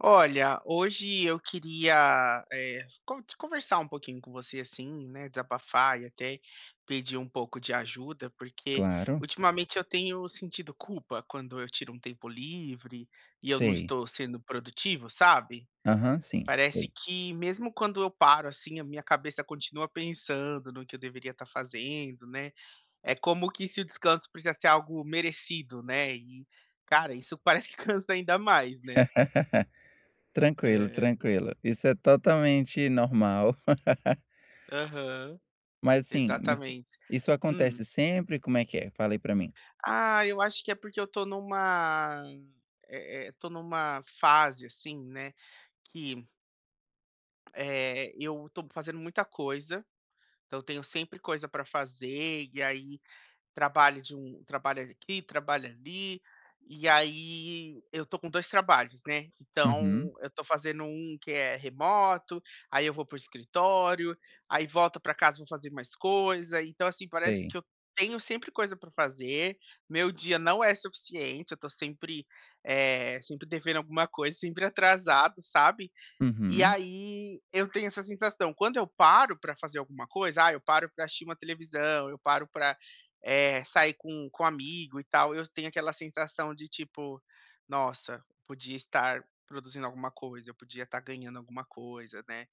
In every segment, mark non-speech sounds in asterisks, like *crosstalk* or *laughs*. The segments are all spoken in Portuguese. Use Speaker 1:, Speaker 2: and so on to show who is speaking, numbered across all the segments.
Speaker 1: Olha, hoje eu queria, conversar um pouquinho com você, assim, né, desabafar e até pedir um pouco de ajuda, porque
Speaker 2: Claro,
Speaker 1: ultimamente eu tenho sentido culpa quando eu tiro um tempo livre e eu não
Speaker 2: sei.
Speaker 1: estou sendo produtivo, sabe?
Speaker 2: Aham, sim,
Speaker 1: Parece
Speaker 2: sei.
Speaker 1: que mesmo quando eu paro, assim, a minha cabeça continua pensando no que eu deveria estar fazendo, né? É como que se o descanso precisa ser algo merecido, né? E, cara, isso parece que *laughs* cansa ainda mais, né?
Speaker 2: Tranquilo,
Speaker 1: É.
Speaker 2: tranquilo. Isso é totalmente normal. *laughs*
Speaker 1: Aham,
Speaker 2: Mas assim, me
Speaker 1: exatamente.
Speaker 2: isso
Speaker 1: Hum.
Speaker 2: acontece sempre? Como é que é? Fala aí pra mim.
Speaker 1: Ah, eu acho que é porque eu tô numa fase, assim, né, que, eu tô fazendo muita coisa, então eu tenho sempre coisa pra fazer, e aí trabalho de um trabalho aqui, trabalho ali, e aí eu tô com 2 trabalhos, né,
Speaker 2: Uhum,
Speaker 1: então eu tô fazendo um que é remoto, aí eu vou para o escritório, aí volto pra casa, vou fazer mais coisa, então, assim, parece que
Speaker 2: sei.
Speaker 1: eu tenho sempre coisa pra fazer, meu dia não é suficiente, eu tô sempre devendo alguma coisa, sempre atrasado, sabe. E
Speaker 2: Uhum,
Speaker 1: aí eu tenho essa sensação, quando eu paro para fazer alguma coisa, ah, eu paro para assistir uma televisão, eu paro para sair com um amigo e tal, eu tenho aquela sensação de tipo: "Nossa, eu podia estar produzindo alguma coisa, eu podia estar ganhando alguma coisa, né".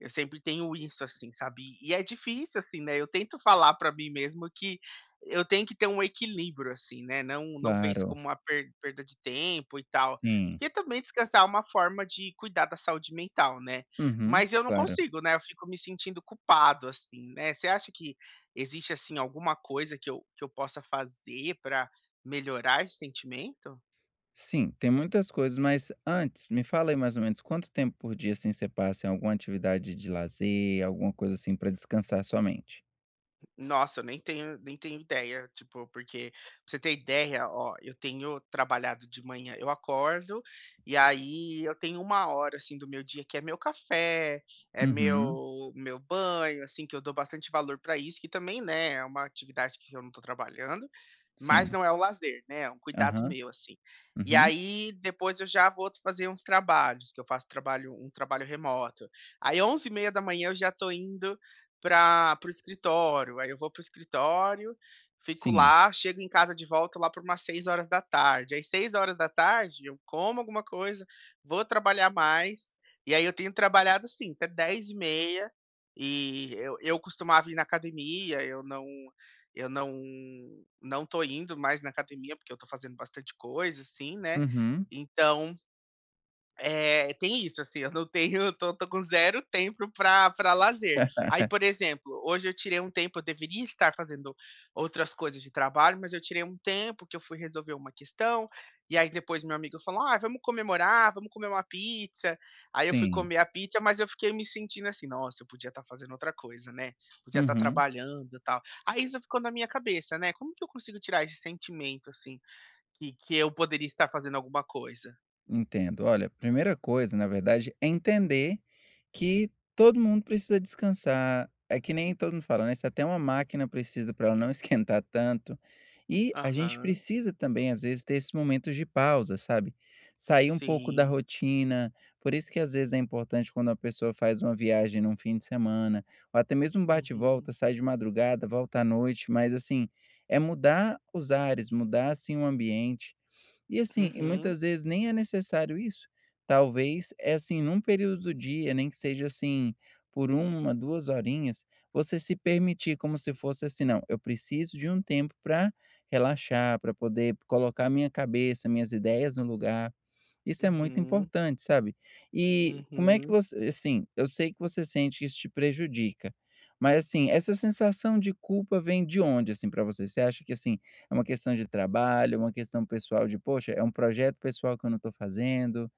Speaker 1: Eu sempre tenho isso, assim, sabe. E é difícil, assim, né, eu tento falar pra mim mesmo que eu tenho que ter um equilíbrio, assim, né, não ver isso
Speaker 2: claro.
Speaker 1: como uma perda de tempo e tal.
Speaker 2: Sim.
Speaker 1: Porque também descansar é uma forma de cuidar da saúde mental, né.
Speaker 2: Uhum,
Speaker 1: Mas eu não
Speaker 2: claro.
Speaker 1: consigo, né, eu fico me sentindo culpado, assim, né. Você acha que existe, assim, alguma coisa que eu possa fazer pra melhorar esse sentimento?
Speaker 2: Sim, tem muitas coisas, mas antes, me fala aí mais ou menos quanto tempo por dia, assim, você passa em alguma atividade de lazer, alguma coisa assim pra descansar sua mente?
Speaker 1: Nossa, eu nem tenho ideia, tipo, porque pra você ter ideia, ó, eu tenho trabalhado de manhã, eu acordo e aí eu tenho uma hora, assim, do meu dia que é meu café, é
Speaker 2: Uhum,
Speaker 1: meu banho, assim, que eu dou bastante valor para isso, que também, né, é uma atividade que eu não tô trabalhando, mas
Speaker 2: sim.
Speaker 1: não é o lazer, né, é um cuidado
Speaker 2: Aham,
Speaker 1: meu, assim. E
Speaker 2: uhum,
Speaker 1: aí depois eu já vou fazer uns trabalhos, que eu faço trabalho um trabalho remoto. Aí 11:30 da manhã eu já tô indo pra para o escritório, aí eu vou para o escritório, fico
Speaker 2: sim.
Speaker 1: lá, chego em casa de volta lá por umas 18h da tarde. Aí 18h da tarde eu como alguma coisa, vou trabalhar mais, e aí eu tenho trabalhado, assim, até 22:30 e eu costumava ir na academia, eu não tô indo mais na academia, porque eu tô fazendo bastante coisa, assim, né,
Speaker 2: Uhum.
Speaker 1: então é, tem isso, assim, eu não tenho, eu tô com zero tempo pra lazer. Aí, por
Speaker 2: *laughs*
Speaker 1: exemplo, hoje eu tirei um tempo, eu deveria estar fazendo outras coisas de trabalho, mas eu tirei um tempo que eu fui resolver uma questão, e aí depois meu amigo falou: "Ah, vamos comemorar, vamos comer uma pizza". Aí eu fui
Speaker 2: Sim.
Speaker 1: comer a pizza, mas eu fiquei me sentindo assim: "Nossa, eu podia estar fazendo outra coisa, né, podia estar
Speaker 2: Uhum,
Speaker 1: trabalhando, e tal". Aí isso ficou na minha cabeça, né, como que eu consigo tirar esse sentimento, assim, que eu poderia estar fazendo alguma coisa?
Speaker 2: entendo. Olha, primeira coisa, na verdade, é entender que todo mundo precisa descansar. É que nem todo mundo fala, né? Se até uma máquina precisa para ela não *laughs* esquentar tanto. E a gente
Speaker 1: Aham.
Speaker 2: precisa também, às vezes, ter esses momentos de pausa, sabe? Sair um pouco da
Speaker 1: Sim.
Speaker 2: rotina. Por isso que às vezes é importante quando a pessoa faz uma viagem num fim de semana, ou até mesmo um bate
Speaker 1: Uhum.
Speaker 2: volta, sai de madrugada, volta à noite, mas assim, é mudar os ares, mudar assim o ambiente. E assim, e
Speaker 1: Uhum.
Speaker 2: muitas vezes nem é necessário isso. Talvez, é assim, num período do dia, nem que seja assim, por uma 2 horinhas, você se permitir como se fosse assim: "Não, eu preciso de um tempo para relaxar, para poder colocar minha cabeça, minhas ideias no lugar". Isso é muito
Speaker 1: Uhum.
Speaker 2: importante, sabe. E como é que
Speaker 1: Uhum.
Speaker 2: você assim, eu sei que você sente que isso te prejudica, mas assim, essa sensação de culpa vem de onde, assim, para você? Você acha que assim, é uma questão de trabalho, é uma questão pessoal de: "Poxa, é um projeto pessoal que eu não estou fazendo".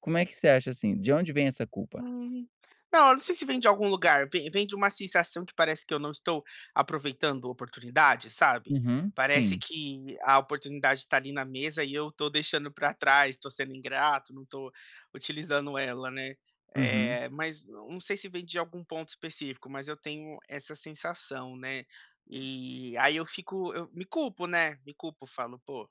Speaker 2: Como é que você acha, assim, de onde vem essa culpa?
Speaker 1: Hum. Não, eu não sei se vem de algum lugar, vem de uma sensação que parece que eu não estou aproveitando a oportunidade, sabe.
Speaker 2: Uhum,
Speaker 1: Parece
Speaker 2: sim.
Speaker 1: que a oportunidade está ali na mesa e eu estou deixando para trás, estou sendo ingrato, não estou utilizando ela, né.
Speaker 2: Uhum.
Speaker 1: Mas não sei se vem de algum ponto específico, mas eu tenho essa sensação, né. E aí eu fico, eu me culpo, né, me culpo, falo: "Pô,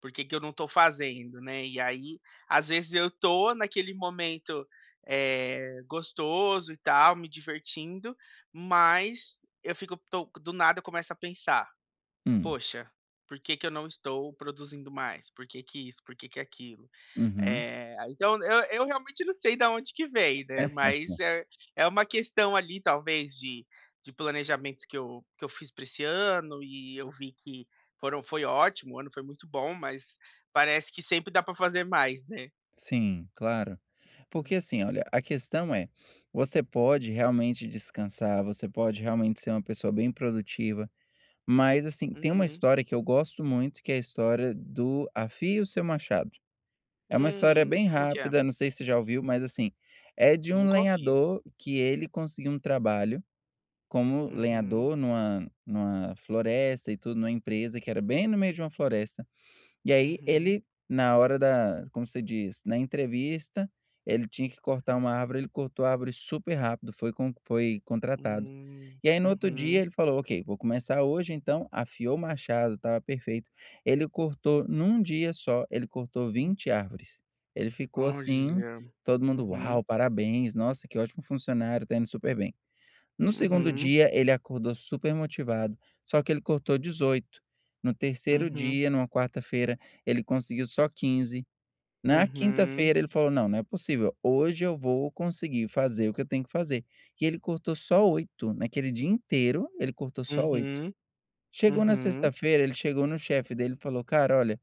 Speaker 1: por que que eu não estou fazendo, né?" E aí, às vezes eu tô naquele momento, gostoso e tal, me divertindo, mas eu fico, tô do nada, eu começo a pensar:
Speaker 2: Hum.
Speaker 1: "Poxa, por que que eu não estou produzindo mais? Por que que isso? Por que que aquilo?"
Speaker 2: Uhum.
Speaker 1: Então eu realmente não sei da onde que vem, né, mas
Speaker 2: *laughs*
Speaker 1: é uma questão ali talvez de planejamentos que eu fiz para esse ano e eu vi que foram foi ótimo, o ano foi muito bom, mas parece que sempre dá para fazer mais, né.
Speaker 2: Sim, claro.
Speaker 1: Uhum.
Speaker 2: Porque, assim, olha, a questão é, você pode realmente descansar, você pode realmente ser uma pessoa bem produtiva, mas, assim, tem uma
Speaker 1: Uhum.
Speaker 2: história que eu gosto muito, que é a história do Afie o Seu Machado. É uma história bem
Speaker 1: Como que é?
Speaker 2: rápida, não sei se você já ouviu, mas assim, é de um
Speaker 1: Nunca ouvi.
Speaker 2: lenhador que ele conseguiu um trabalho como
Speaker 1: Uhum,
Speaker 2: lenhador numa floresta e tudo, numa empresa que era bem no meio de uma floresta. E aí
Speaker 1: uhum,
Speaker 2: ele, na hora da como se diz, na entrevista, ele tinha que cortar
Speaker 1: uhum.
Speaker 2: uma árvore, ele cortou a árvore super rápido, foi contratado. E aí no outro dia
Speaker 1: Uhum,
Speaker 2: ele falou: "Ok, vou começar hoje então", afiou o machado, estava perfeito. Ele cortou num dia só, ele cortou
Speaker 1: hum.
Speaker 2: 20 árvores. Ele ficou assim,
Speaker 1: Olha.
Speaker 2: todo mundo:
Speaker 1: Uhum,
Speaker 2: "Uau, parabéns, nossa que ótimo funcionário, está indo super bem". No segundo
Speaker 1: uhum,
Speaker 2: dia, ele acordou super motivado, só que ele cortou 18. No terceiro
Speaker 1: uhum,
Speaker 2: dia, numa quarta-feira, ele conseguiu só 15. Na
Speaker 1: uhum,
Speaker 2: quinta-feira, ele falou: "Não, não é possível. Hoje eu vou conseguir fazer o que eu tenho que fazer". E ele cortou só oito. Naquele dia inteiro, ele cortou só 8.
Speaker 1: uhum,
Speaker 2: Chegou na
Speaker 1: uhum,
Speaker 2: sexta-feira, ele chegou no chefe dele e falou: "Cara, olha,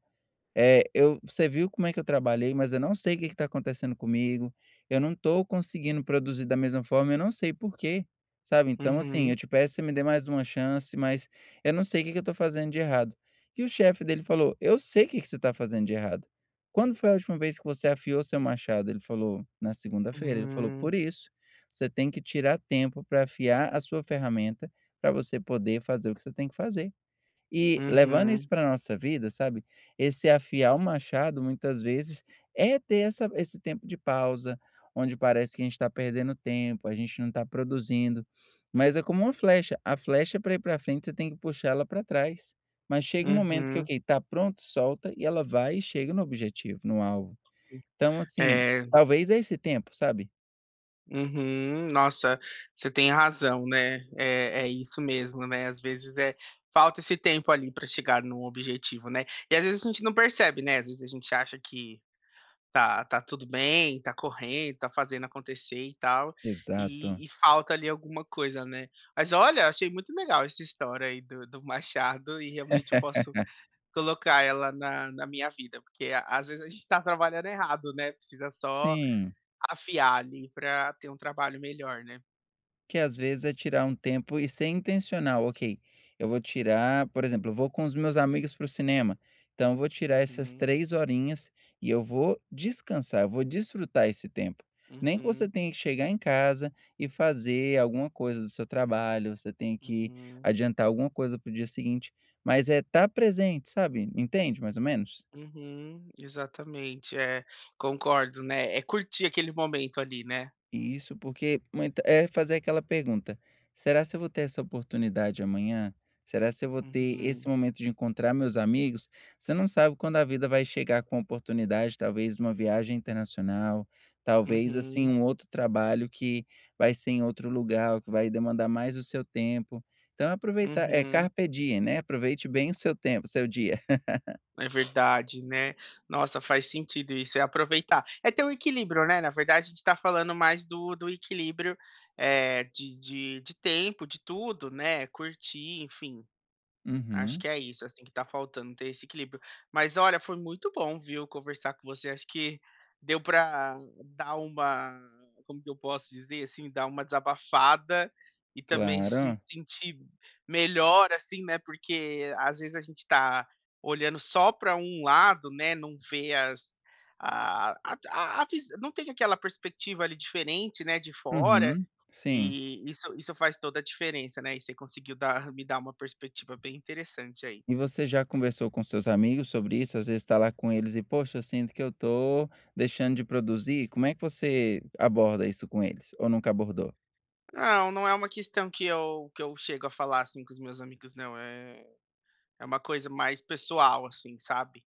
Speaker 2: é, eu você viu como é que eu trabalhei, mas eu não sei o que está acontecendo comigo, eu não estou conseguindo produzir da mesma forma, eu não sei por quê, sabe. Então, assim,
Speaker 1: uhum,
Speaker 2: eu te peço que você me dê mais uma chance, mas eu não sei o que que eu estou fazendo de errado". E o chefe dele falou: "Eu sei o que que você está fazendo de errado. Quando foi a última vez que você afiou seu machado?" Ele falou: "Na segunda-feira". Ele falou:
Speaker 1: uhum,
Speaker 2: "Por isso, você tem que tirar tempo para afiar a sua ferramenta, para você poder fazer o que você tem que fazer". E levando isso
Speaker 1: uhum,
Speaker 2: para nossa vida, sabe, esse afiar o machado muitas vezes é ter essa esse tempo de pausa, onde parece que a gente está perdendo tempo, a gente não está produzindo, mas é como uma flecha, a flecha para ir para frente você tem que puxar ela para trás, mas chega um momento que,
Speaker 1: uhum.
Speaker 2: ok, tá pronto, solta e ela vai e chega no objetivo, no alvo. Então assim,
Speaker 1: É,
Speaker 2: talvez é esse tempo, sabe?
Speaker 1: uhum. Nossa, você tem razão, né? É, é isso mesmo, né? Às vezes é falta esse tempo ali para chegar num objetivo, né? E às vezes a gente não percebe, né? Às vezes a gente acha que tá, tá tudo bem, tá correndo, tá fazendo acontecer e tal, e
Speaker 2: Exato.
Speaker 1: e falta ali alguma coisa, né. Mas olha, achei muito legal essa história aí do Machado e realmente eu posso
Speaker 2: *laughs*
Speaker 1: colocar ela na minha vida, porque às vezes a gente tá trabalhando errado, né, precisa só
Speaker 2: Sim.
Speaker 1: afiar ali pra ter um trabalho melhor, né.
Speaker 2: Que às vezes é tirar um tempo e ser intencional, ok, eu vou tirar, por exemplo, eu vou com os meus amigos para o cinema, então eu vou tirar essas
Speaker 1: Uhum,
Speaker 2: 3 horinhas e eu vou descansar, eu vou desfrutar esse tempo. Nem que você
Speaker 1: uhum,
Speaker 2: tenha que chegar em casa e fazer alguma coisa do seu trabalho, você tem que
Speaker 1: uhum,
Speaker 2: adiantar alguma coisa para o dia seguinte, mas é estar presente, sabe, entende mais ou menos?
Speaker 1: uhum, exatamente, é, concordo, né, é curtir aquele momento ali, né.
Speaker 2: Isso, porque muita é fazer aquela pergunta: "Será se eu vou ter essa oportunidade amanhã? Será se eu vou ter
Speaker 1: Uhum,
Speaker 2: esse momento de encontrar meus amigos?" Você não sabe quando a vida vai chegar com oportunidade, talvez uma viagem internacional, talvez, assim,
Speaker 1: uhum,
Speaker 2: um outro trabalho que vai ser em outro lugar, ou que vai demandar mais o seu tempo. Então aproveitar é
Speaker 1: uhum.
Speaker 2: carpe diem, né, aproveite bem o seu tempo, o seu dia.
Speaker 1: É verdade, né. Nossa, faz sentido isso, é aproveitar. É ter um equilíbrio, né, na verdade a gente está falando mais do equilíbrio, de tempo, de tudo, né, curtir, enfim.
Speaker 2: *laughs*
Speaker 1: Acho
Speaker 2: Uhum,
Speaker 1: que é isso, assim, que tá faltando, ter esse equilíbrio. Mas olha, foi muito bom, viu, conversar com você. Acho que deu pra dar uma como que eu posso dizer, assim, dar uma desabafada e também se
Speaker 2: claro.
Speaker 1: sentir melhor, assim, né, porque às vezes a gente tá olhando só pra um lado, né, não vê as a vis não tem aquela perspectiva ali diferente, né, de fora.
Speaker 2: Uhum, sim.
Speaker 1: E isso faz toda a diferença, né, e você conseguiu dar me dar uma perspectiva bem interessante aí.
Speaker 2: E você já conversou com seus amigos sobre isso? Às vezes está lá com eles e: "Poxa, eu sinto que eu tô deixando de produzir". Como é que você aborda isso com eles? Ou nunca abordou?
Speaker 1: Não, não é uma questão que eu chego a falar, assim, com os meus amigos não, é uma coisa mais pessoal, assim, sabe.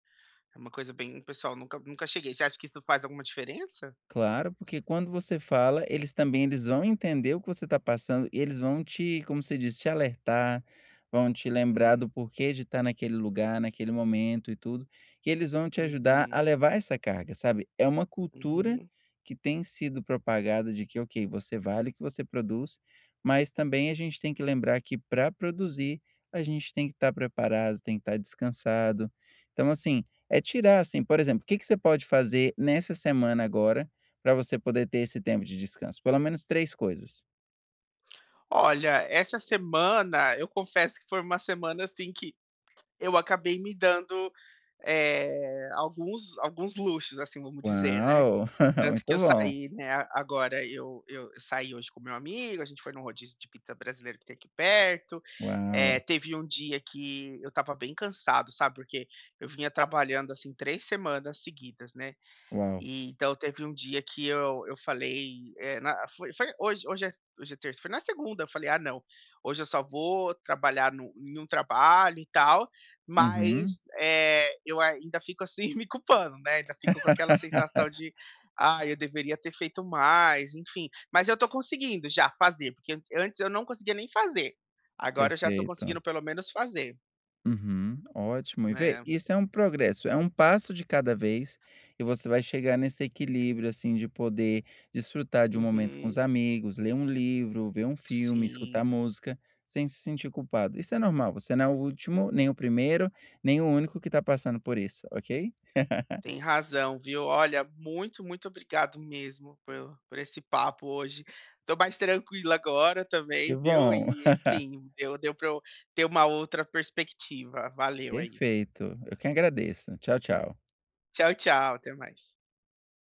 Speaker 1: É uma coisa bem pessoal, nunca cheguei. Você acha que isso faz alguma diferença?
Speaker 2: Claro, porque quando você fala, eles também eles vão entender o que você está passando e eles vão te, como você diz, te alertar, vão te lembrar do
Speaker 1: Uhum,
Speaker 2: porquê de estar naquele lugar, naquele momento e tudo, e eles vão te ajudar a
Speaker 1: uhum,
Speaker 2: levar essa carga, sabe? É uma cultura
Speaker 1: uhum.
Speaker 2: que tem sido propagada de que, ok, você vale o que você produz, mas também a gente tem que lembrar que para produzir, a gente tem que estar preparado, tem que estar descansado. Então, assim, é tirar, assim, por exemplo, o que que você pode fazer nessa semana agora, para você poder ter esse tempo de descanso, pelo menos três coisas.
Speaker 1: Olha, essa semana eu confesso que foi uma semana, assim, que eu acabei me dando, alguns luxos, assim, vamos dizer, né.
Speaker 2: Uau! *laughs*
Speaker 1: Tanto
Speaker 2: Muito
Speaker 1: que eu
Speaker 2: bom.
Speaker 1: saí, né, a agora eu saí hoje com meu amigo, a gente foi num rodízio de pizza brasileiro que tem aqui perto,
Speaker 2: Uau,
Speaker 1: teve um dia que eu tava bem cansado, sabe, porque eu vinha trabalhando, assim, 3 semanas seguidas, né,
Speaker 2: uau.
Speaker 1: e então teve um dia que eu falei, eh, na foi foi hoje hoje é terça, foi na segunda, eu falei: "Ah não, hoje eu só vou trabalhar no em um trabalho e tal",
Speaker 2: Uhum,
Speaker 1: mas, eu ainda fico assim *laughs* me culpando, né, ainda fico com aquela sensação de: "Ah, eu deveria ter feito mais", enfim. Mas eu tô conseguindo já fazer, porque an antes eu não conseguia nem fazer, agora eu já tô
Speaker 2: perfeito.
Speaker 1: conseguindo pelo menos fazer.
Speaker 2: Uhum, ótimo. E vê,
Speaker 1: Né.
Speaker 2: isso é um progresso, é um passo de cada vez e você vai chegar nesse equilíbrio, assim, de poder desfrutar de um momento com os
Speaker 1: Uhum.
Speaker 2: amigos, ler um livro, ver um filme, escutar
Speaker 1: Sim.
Speaker 2: música, sem se sentir culpado. Isso é normal, você não é o último, nem o primeiro, nem o único que está passando por isso, ok?
Speaker 1: Tem razão, viu. Olha, muito, muito obrigado mesmo por esse papo hoje. Tô mais tranquila agora
Speaker 2: Que
Speaker 1: também, viu.
Speaker 2: bom.
Speaker 1: E enfim, deu para eu ter uma outra perspectiva. Valeu aí.
Speaker 2: Perfeito, eu que agradeço. Tchau, tchau.
Speaker 1: Tchau, tchau, até mais.